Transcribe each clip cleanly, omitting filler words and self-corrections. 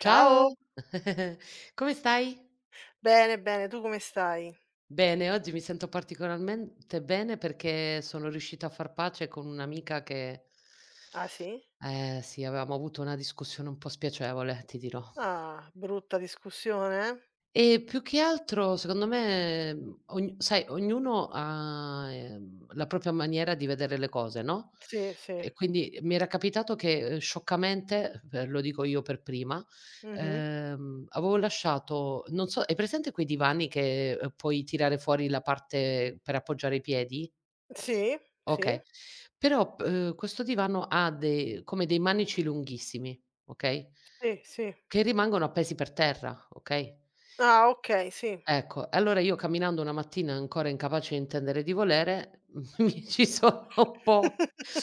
Ciao, come stai? Bene, bene, tu come stai? Bene, oggi mi sento particolarmente bene perché sono riuscita a far pace con un'amica che, Ah sì? Sì, avevamo avuto una discussione un po' spiacevole, ti dirò. Ah, brutta discussione, eh? E più che altro secondo me, ogn sai ognuno ha, la propria maniera di vedere le cose, no? Sì, sì. E quindi mi era capitato che, scioccamente, per lo dico io per prima, Mh-mh. Avevo lasciato non so hai presente quei divani che, puoi tirare fuori la parte per appoggiare i piedi? Sì, sì, Okay. Però p questo divano ha de come dei manici lunghissimi, okay, sì, sì. che rimangono appesi per terra, okay? Ah okay, sì. Ecco, e allora io camminando una mattina ancora incapace di intendere di volere, mi ci sono un po'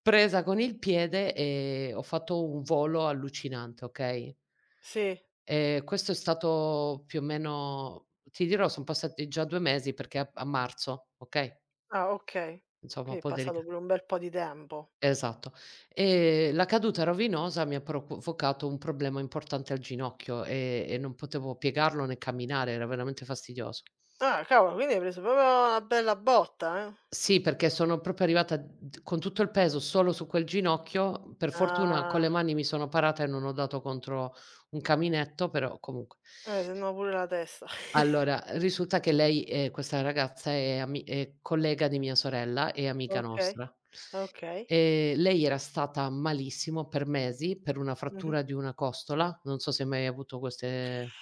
presa con il piede e ho fatto un volo allucinante, okay? Sì, Questo è stato più o meno ti dirò, son passati già 2 mesi perché a marzo, okay? ah okay. Insomma un Quindi è po' passato delica pure un bel po' di tempo. esatto. La caduta rovinosa mi ha provocato un problema importante al ginocchio e non potevo piegarlo né camminare, era veramente fastidioso. Ah cavolo, quindi hai preso proprio una bella botta, eh. Sì, perché sono proprio arrivata d con tutto il peso solo su quel ginocchio. Per fortuna con Ah, le mani mi sono parata e non ho dato contro un caminetto, però comunque. Se no pure la testa. Allora, risulta che lei questa ragazza è ami è collega di mia sorella e amica Okay, nostra. okay. Lei era stata malissimo per mesi per una Mh-mh. frattura di una costola, non so se hai mai avuto queste.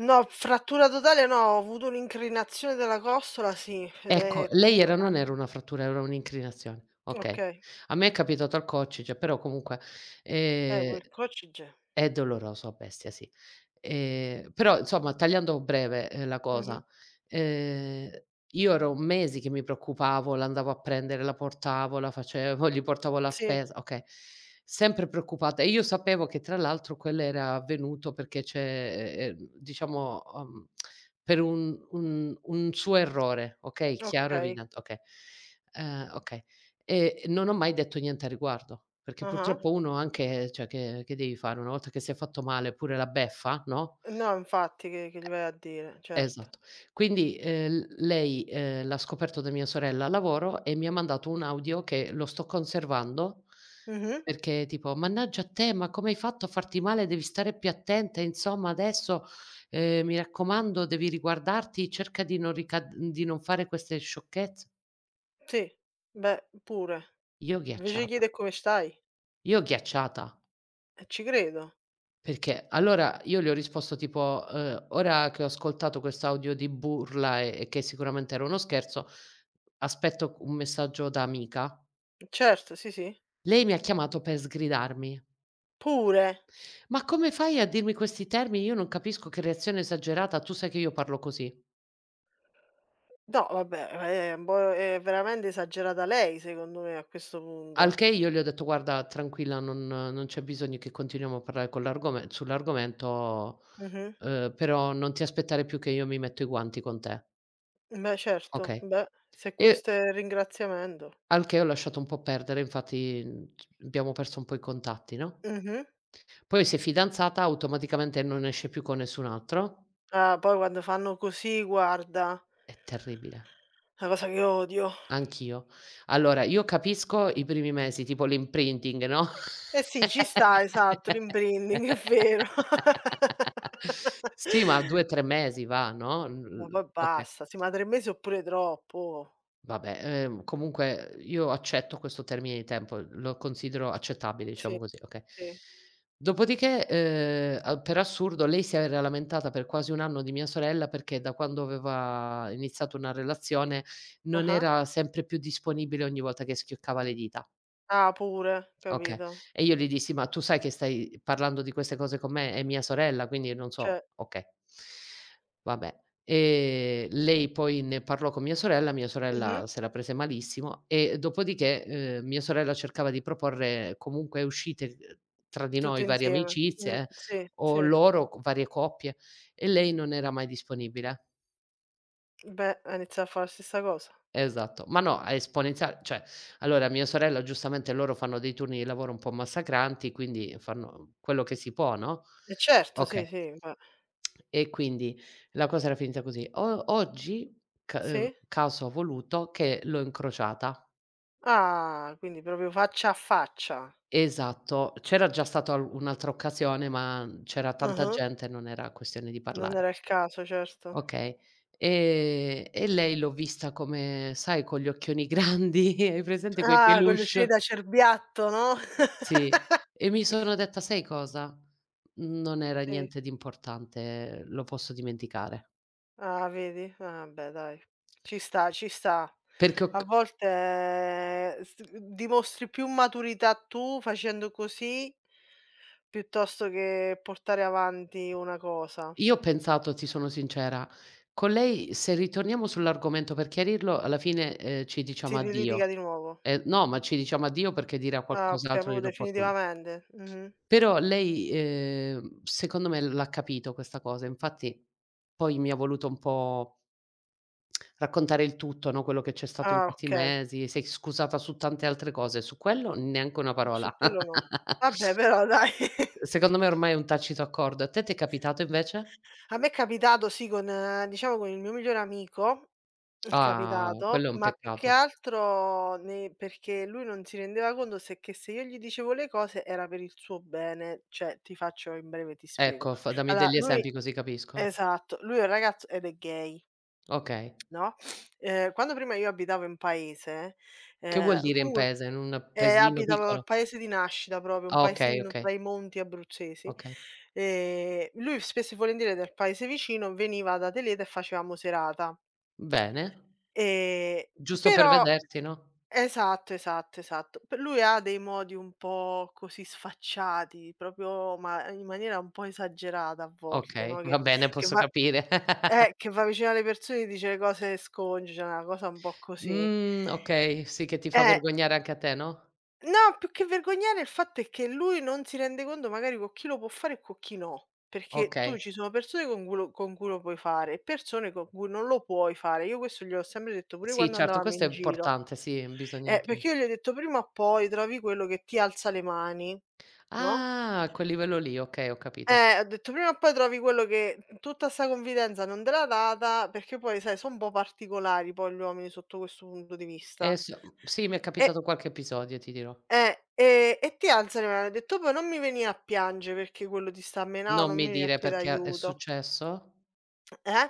No, frattura totale no, ho avuto un'incrinazione della costola sì, ed Ecco, è ti lei dico. era non era una frattura, era un'inclinazione. Okay. Okay. A me è capitato al coccige, però comunque, ehm Quel coach ge è doloroso a bestia, sì. Però insomma, tagliando breve, la mh-mh. cosa, ehm, io ero mesi che mi preoccupavo, l'andavo a prendere, la portavo, la facevo, gli portavo la Sì, spesa, okay, sempre preoccupata. E io sapevo che tra l'altro quello era avvenuto perché c'è e diciamo, per un suo errore, okay, chiaro, okay. evidente, okay. Okay. E non ho mai detto niente a riguardo, perché Ah-ah. purtroppo uno anche cioè che devi fare, una volta che si è fatto male pure la beffa, no, No, infatti che gli vai a dire, certo. esatto. Quindi, lei, l'ha scoperto da mia sorella al lavoro e mi ha mandato un audio che lo sto conservando Mh-mh. perché tipo: "Mannaggia a te, ma come hai fatto a farti male? Devi stare più attenta, insomma adesso, mi raccomando devi riguardarti, cerca di non ricad di non fare queste sciocchezze". Sì. Beh, pure. Io Invece ghiacciata, chiede: "Come stai?" io ghiacciata. E ci credo. Perché allora io le ho risposto tipo: ora che ho ascoltato quest'audio di burla e che sicuramente era uno scherzo, aspetto un messaggio da amica". Certo, sì, sì. Lei mi ha chiamato per sgridarmi: Pure. "Ma come fai a dirmi questi termini? Io non capisco, che reazione esagerata, tu sai che io parlo così". No, vabbè, è un po' è veramente esagerata lei secondo me a questo Al punto. che io le ho detto: "Guarda tranquilla, non c'è bisogno che continuiamo a parlare con l'argome sull'argomento, Mh-mh. Però non ti aspettare più che io mi metto i guanti con te, Beh, certo. okay?" Beh, se E questo è il ringraziamento. Al che ho lasciato un po' perdere, infatti, c abbiamo perso un po' i contatti, no, Mh-mh. poi si è fidanzata, automaticamente non esce più con nessun altro. Ah, poi quando fanno così guarda, È terribile, è una cosa che odio. anch'io. Allora, io capisco i primi mesi, tipo l'imprinting, no, Eh sì, ci sta, esatto, l'imbranding, è vero. sì, ma 2, 3 mesi va, no, l Ma l poi okay. basta, sì, ma 3 mesi oppure troppo, oh. Vabbè, comunque io accetto questo termine di tempo, lo considero accettabile, Sì, diciamo così, okay. sì. Dopodiché, a per assurdo lei si era lamentata per quasi un anno di mia sorella perché da quando aveva iniziato una relazione non Ah-ah. era sempre più disponibile ogni volta che schioccava le dita. Ah, pure, Okay. capito. E io gli dissi: "Ma tu sai che stai parlando di queste cose con me? È mia sorella, quindi non Cioè so" okay. Vabbè. Lei poi ne parlò con mia mh-mh, sorella se la prese malissimo e dopodiché, mia sorella cercava di proporre comunque uscite, tra di tutto noi, varie insieme. amicizie Sì, o sì. loro, c varie coppie e lei non era mai disponibile. Beh, a iniziare a fa' la stessa cosa. Esatto, ma no, è esponenziale cioè, allora mia sorella giustamente loro fanno dei turni di lavoro un po' massacranti, quindi fanno quello che si può, no, E certo, sì, okay. sì, beh. E quindi la cosa era finita così. O Oggi ca Sì? caso ha voluto che l'ho incrociata. Ah, quindi proprio faccia a faccia. Esatto, c'era già stata al un'altra occasione, ma c'era tanta Ah-ah. gente, non era questione di Non parlare. era il caso, certo. Okay, e lei l'ho vista come sai con gli occhioni grandi, hai presente quei Ah, con gli occhiali da peluche? cerbiatto, no? Sì, e mi sono detta: "Sai cosa? Non era Sì. niente di importante, lo posso dimenticare". Ah, vedi? Ah, beh dai, ci sta, ci sta. Perché ho A c volte dimostri più maturità tu facendo così, piuttosto che portare avanti una cosa. Io ho pensato, ti sono sincera, con lei se ritorniamo sull'argomento per chiarirlo alla fine, ci Si diciamo addio. rilitiga di nuovo. No, ma ci diciamo addio perché dirà Ah, okay, qualcos'altro di proprio inopportuno. definitivamente. Mh-mh. Però lei, secondo me l'ha capito questa cosa, infatti poi mi ha voluto un po' raccontare il tutto, no, quello che c'è stato in Ah, questi okay. mesi, sei scusata su tante altre cose, su quello neanche una Su parola. quello no. Vabbè però dai. Secondo me ormai è un tacito accordo. A te t'è capitato invece? A me è capitato sì con diciamo con il mio migliore amico. È Ah, capitato, quello è un ma più che peccato. altro ne perché lui non si rendeva conto se che se io gli dicevo le cose era per il suo bene, cioè ti faccio in breve ti spiego. Ecco, fa dammi Allora degli lui esempi così capisco. esatto, lui è un ragazzo ed è gay, Okay. no, quando prima io abitavo in paese, Che vuol dire in comunque paese? In un paesino abitavo piccolo? al paese di nascita proprio, un Ah, okay, paesino okay, tra i monti abruzzesi, okay. Lui spesso e volentieri del paese vicino veniva da Teleta e facevamo serata. Bene. Ehm, Giusto per però vederti, no? esatto, esatto, esatto. P lui ha dei modi un po' così sfacciati, proprio ma in maniera un po' esagerata a volte, Okay, no, va bene, che posso va capire. Che va vicino alle persone e dice le cose sconce, una cosa un po' così. Okay, sì che ti fa Eh, vergognare anche a te, no? no, più che vergognare il fatto è che lui non si rende conto magari con chi lo può fare e con chi no, perché tu Okay. ci sono persone con cui lo puoi fare e persone con cui non lo puoi fare. Io questo gliel'ho sempre detto pure Sì, quando certo, andavamo questo in è giro. importante, sì, bisogna Perché anche io gli ho detto: "Prima o poi trovi quello che ti alza le mani", no, ah, a quel livello lì, okay, ho capito. Ho detto: "Prima o poi trovi quello che tutta 'sta confidenza non te l'ha data", perché poi sai so' un po' particolari poi gli uomini sotto questo punto di vista. Sì, mi è E capitato qualche episodio, ti dirò. E ti alza le mani. Ho detto: "Poi non mi venì a piange perché quello ti sta a menà o Non non mi mi vieni a dire chiede' perché è aiuto". successo? Eh?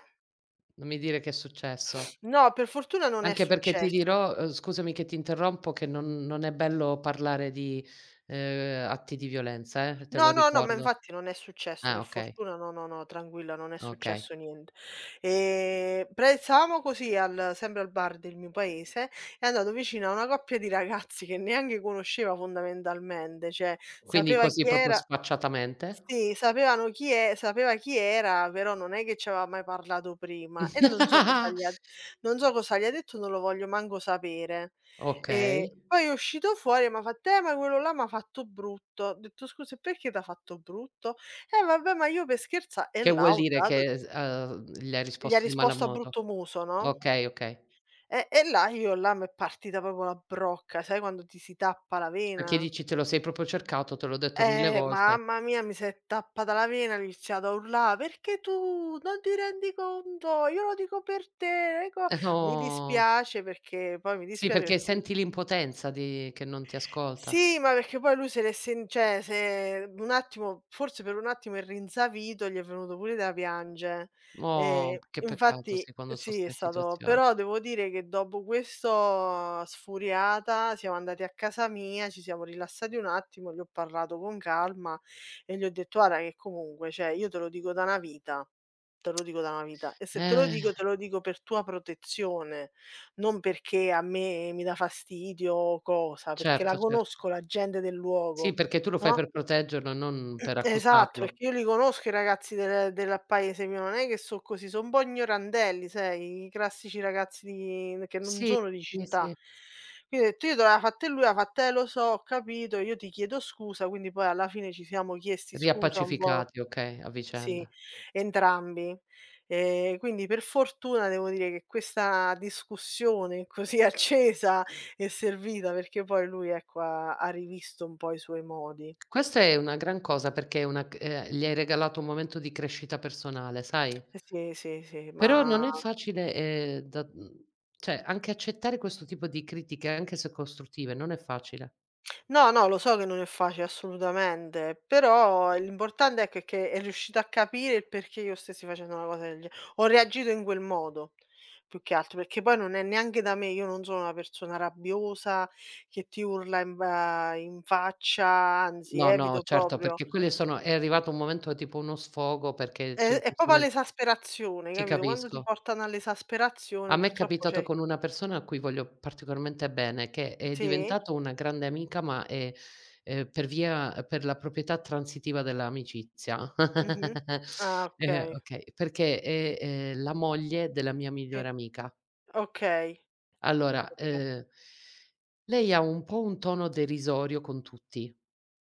Non mi dire che è successo. No, per fortuna non è Anche perché ti successo. dirò, scusami che ti interrompo, che non è bello parlare di, atti di violenza, te lo No, no, no, ma ricordo. infatti non è successo, Ah, per okay, fortuna no, no, no, tranquilla, non è okay. successo niente. Pre stavamo così al sempre al bar del mio paese, è andato vicino a una coppia di ragazzi che neanche conosceva fondamentalmente, cioè Quindi sapeva così chi proprio era sfacciatamente? sì, sapevano chi è sapeva chi era, però non è che ci aveva mai parlato prima e non so cosa gli ha non so cosa gli ha detto, non lo voglio manco sapere. Okay. Poi è uscito fuori e m'ha fatto: ma quello là m'ha fatto brutto". Ho detto: "Scusa, e perché t'ha fatto brutto?" Vabbè, ma io per scherza" e Che là vuol ho dire dato che s gli hai gli ha risposto di risposto a malamodo? brutto muso, no, Okay, okay. E là io là m'è partita proprio la brocca, sai quando ti si tappa la Perché vena? dici: "Te lo sei proprio cercato, te l'ho detto 1000 volte." Mamma mia, mi si è tappata la vena, ho iniziato a urlà: "Perché tu non ti rendi conto? Io lo dico per te, le co" mi oh. dispiace perché poi mi Sì, dispiace perché perché senti l'impotenza di che non ti ascolta. sì, ma perché poi lui se l'è sen cioè se un attimo forse per un attimo è rinsavito, gli è venuto pure da piange. Oh, che peccato, Infatti sì, quando so sì, è 'ste stato situazioni. però devo dire che dopo questo sfuriata siamo andati a casa mia, ci siamo rilassati un attimo, gli ho parlato con calma e gli ho detto: "Guarda che comunque, cioè io te lo dico da 'na vita, te lo dico da 'na vita e se te lo Eh, dico, te lo dico per tua protezione". Non perché a me mi dà fastidio o cosa, perché la certo, certo. conosco la gente del Sì, luogo, perché tu lo fai no, per proteggerlo, non per esatto, accusarlo. perché io li conosco i ragazzi del paese mio, non è che so' così, so' un po' ignorandelli, sai, i classici ragazzi di che non Sì, sono di sì, città. sì. Quindi ho detto: "Io te l'aveva fatta e lui", ha fatto: lo so, ho capito, io ti chiedo scusa", quindi poi alla fine ci siamo chiesti scusa un po'. Riappacificati, okay, a Sì, vicenda. entrambi. Quindi per fortuna devo dire che questa discussione così accesa è servita, perché poi lui ecco ha rivisto un po' i suoi modi. Questa è una gran cosa perché è una c gli hai regalato un momento di crescita personale, sai? Eh sì, sì, sì, Però ma non è facile, cioè anche accettare questo tipo di critiche, anche se costruttive, non è facile. no, no, lo so che non è facile assolutamente, però l'importante ecco è che è riuscita a capire il perché io stessi facendo una cosa del ge ho reagito in quel modo, più che altro, perché poi non è neanche da me, io non sono una persona rabbiosa che ti urla in faccia, anzi No, no, evito certo, proprio. perché quelle sono è arrivato un momento tipo uno sfogo perché tu È proprio giustamente all'esasperazione, ti capito, quando ti capisco. portano all'esasperazione A me è purtroppo capitato c'è con una persona a cui voglio particolarmente bene, che è sì? diventato una grande amica, ma è per via per la proprietà transitiva dell'amicizia. Mh-mh. Ah okay, okay, perché è, la moglie della mia sì, migliore amica. okay, Allora, okay. Lei ha un po' un tono derisorio con tutti,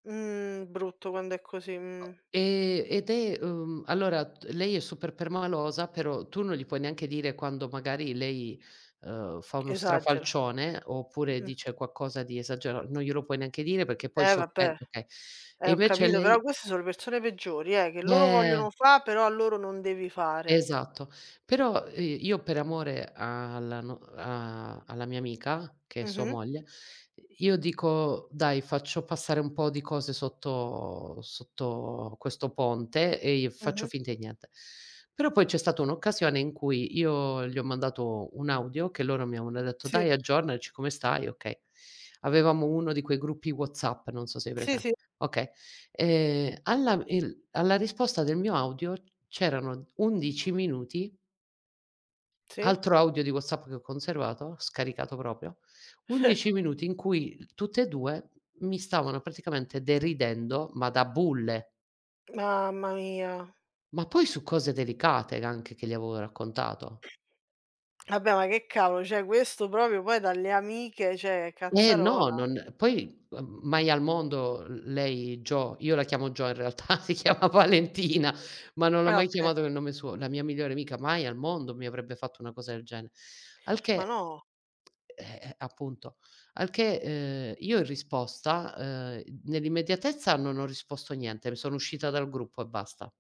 Mhmm, brutto quando è così, O ed è, allora t lei è super permalosa, però tu non gli puoi neanche dire quando magari lei, fa uno esagera. strafalcione, oppure Mh-mh. dice qualcosa di esagera non glielo puoi neanche dire perché poi Eh si vabbè, offen okay. E ho invece capito, però lei queste sono le persone peggiori, che loro eh. vogliono fa', però a loro non devi fare. Esatto. Però, io per amore alla no a alla mia amica, che è sua Mh-mh, moglie, io dico: "Dai, faccio passare un po' di cose sotto sotto questo ponte e io faccio mh-mh. finta di niente". Però poi c'è stata un'occasione in cui io gli ho mandato un audio che loro mi avevano detto: "Dai, Sì. aggiornaci, come stai?" Okay. Avevamo uno di quei gruppi WhatsApp, non so se hai Sì, presen sì, okay. Alla risposta del mio audio c'erano 11 minuti, sì. altro audio di WhatsApp che ho conservato, scaricato proprio, 11 minuti in cui tutte e 2 mi stavano praticamente deridendo, ma da bulle, Mamma mia. ma poi su cose delicate anche che gli avevo raccontato. Vabbè, ma che cavolo, cioè questo proprio poi dalle amiche, cioè Eh no, cazzarola. non poi, mai al mondo l lei Jo io la chiamo Jo in realtà, si chiama Valentina, ma non l'ho Ah mai okay, chiamato col nome suo. La mia migliore amica mai al mondo mi avrebbe fatto una cosa del genere. Al ma che no. eh, appunto, al che, io in risposta, nell'immediatezza non ho risposto niente, sono uscita dal gruppo e basta.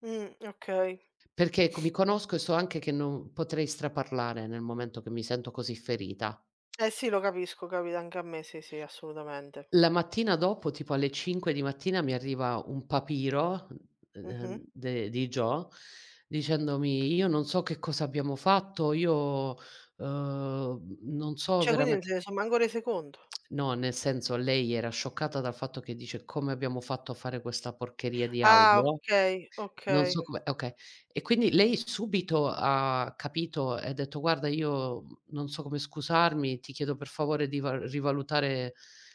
Okay. Perché, ecco, mi conosco e so anche che non potrei straparlare nel momento che mi sento così ferita. Eh sì, lo capisco, capita anche a me, sì, sì, assolutamente. La mattina dopo, tipo alle 5 di mattina, mi arriva un papiro, Mh-mh. De di Joe, dicendomi: "Io non so che cosa abbiamo fatto, io, non so Cioè quindi non veramente" se ne son manco rese conto. no, nel senso lei era scioccata dal fatto che dice: "Come abbiamo fatto a fare questa porcheria di Ah audio?" okay, Non okay. so come okay. E quindi lei subito ha capito e ha detto: "Guarda io, non so come scusarmi, ti chiedo per favore di va rivalutare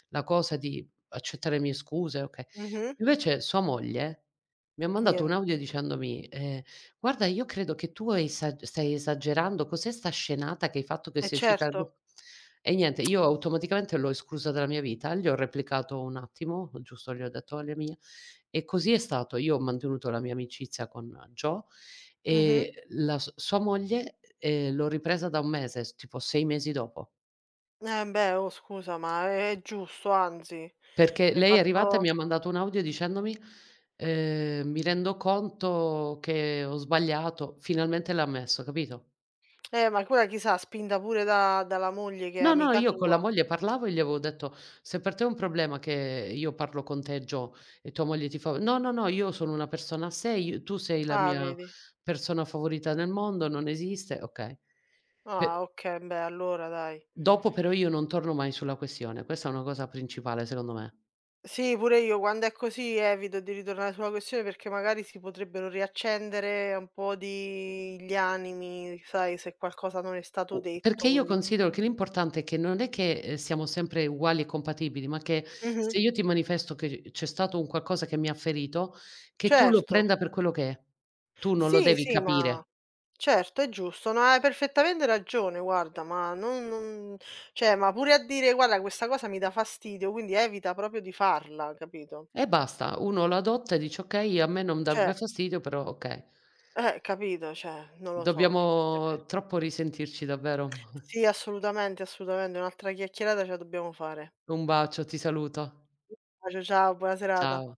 la cosa, di accettare le mie scuse", okay. Mh-mh, Invece sua moglie mi ha mandato un nien audio dicendomi: "Guarda io credo che tu esa stai esagerando, cos'è 'sta scenata che hai fatto che eh sei uscita dal certo, gru" e niente, io automaticamente l'ho esclusa dalla mia vita, gli ho replicato un attimo, giusto gli ho detto: "Olha mia" E così è stato. Io ho mantenuto la mia amicizia con Joe mh-mh. e la s sua moglie, l'ho ripresa da un mese, s tipo 6 mesi dopo, Eh beh, oh scusa, ma è giusto, anzi. perché Hai lei è arrivata e fatto mi ha mandato un audio dicendomi: mi rendo conto che ho sbagliato". Finalmente l'ha ammesso, capito? Ma quella chissà spinta pure da dalla moglie che è No, no, amica io con la tua. moglie parlavo e gli avevo detto: "Se per te è un problema che io parlo con te Gio e tua moglie ti fa" "No, no, no, io sono una persona a sé, io tu sei la Ah mia vedi. persona favorita nel mondo, non esiste" okay. Pe Ah okay, beh allora dai. Dopo però io non torno mai sulla questione, questa è una cosa principale secondo me. Sì, pure io quando è così evito di ritornare sulla questione perché magari si potrebbero riaccendere un po' di gli animi, sai, se qualcosa non è stato U detto, Perché io quindi considero che l'importante è che non è che, siamo sempre uguali e compatibili, ma che mh-mh, se io ti manifesto che c'è stato un qualcosa che mi ha ferito, che tu lo certo. prenda per quello che è. Tu non lo Sì, devi sì, ma capire. certo, è giusto. No, hai perfettamente ragione, guarda, ma non non cioè, ma pure a dire: "Guarda, questa cosa mi dà fastidio", quindi evita proprio di farla, capito? E basta, uno lo adotta e dice: "Okay, a me non darebbe Cioè fastidio, però okay". Capito, cioè, non lo so. Dobbiamo troppo risentirci davvero. Sì, assolutamente, assolutamente, un'altra chiacchierata ce la dobbiamo fare. Un bacio, ti saluto. Ciao, ciao, buona serata. Ciao.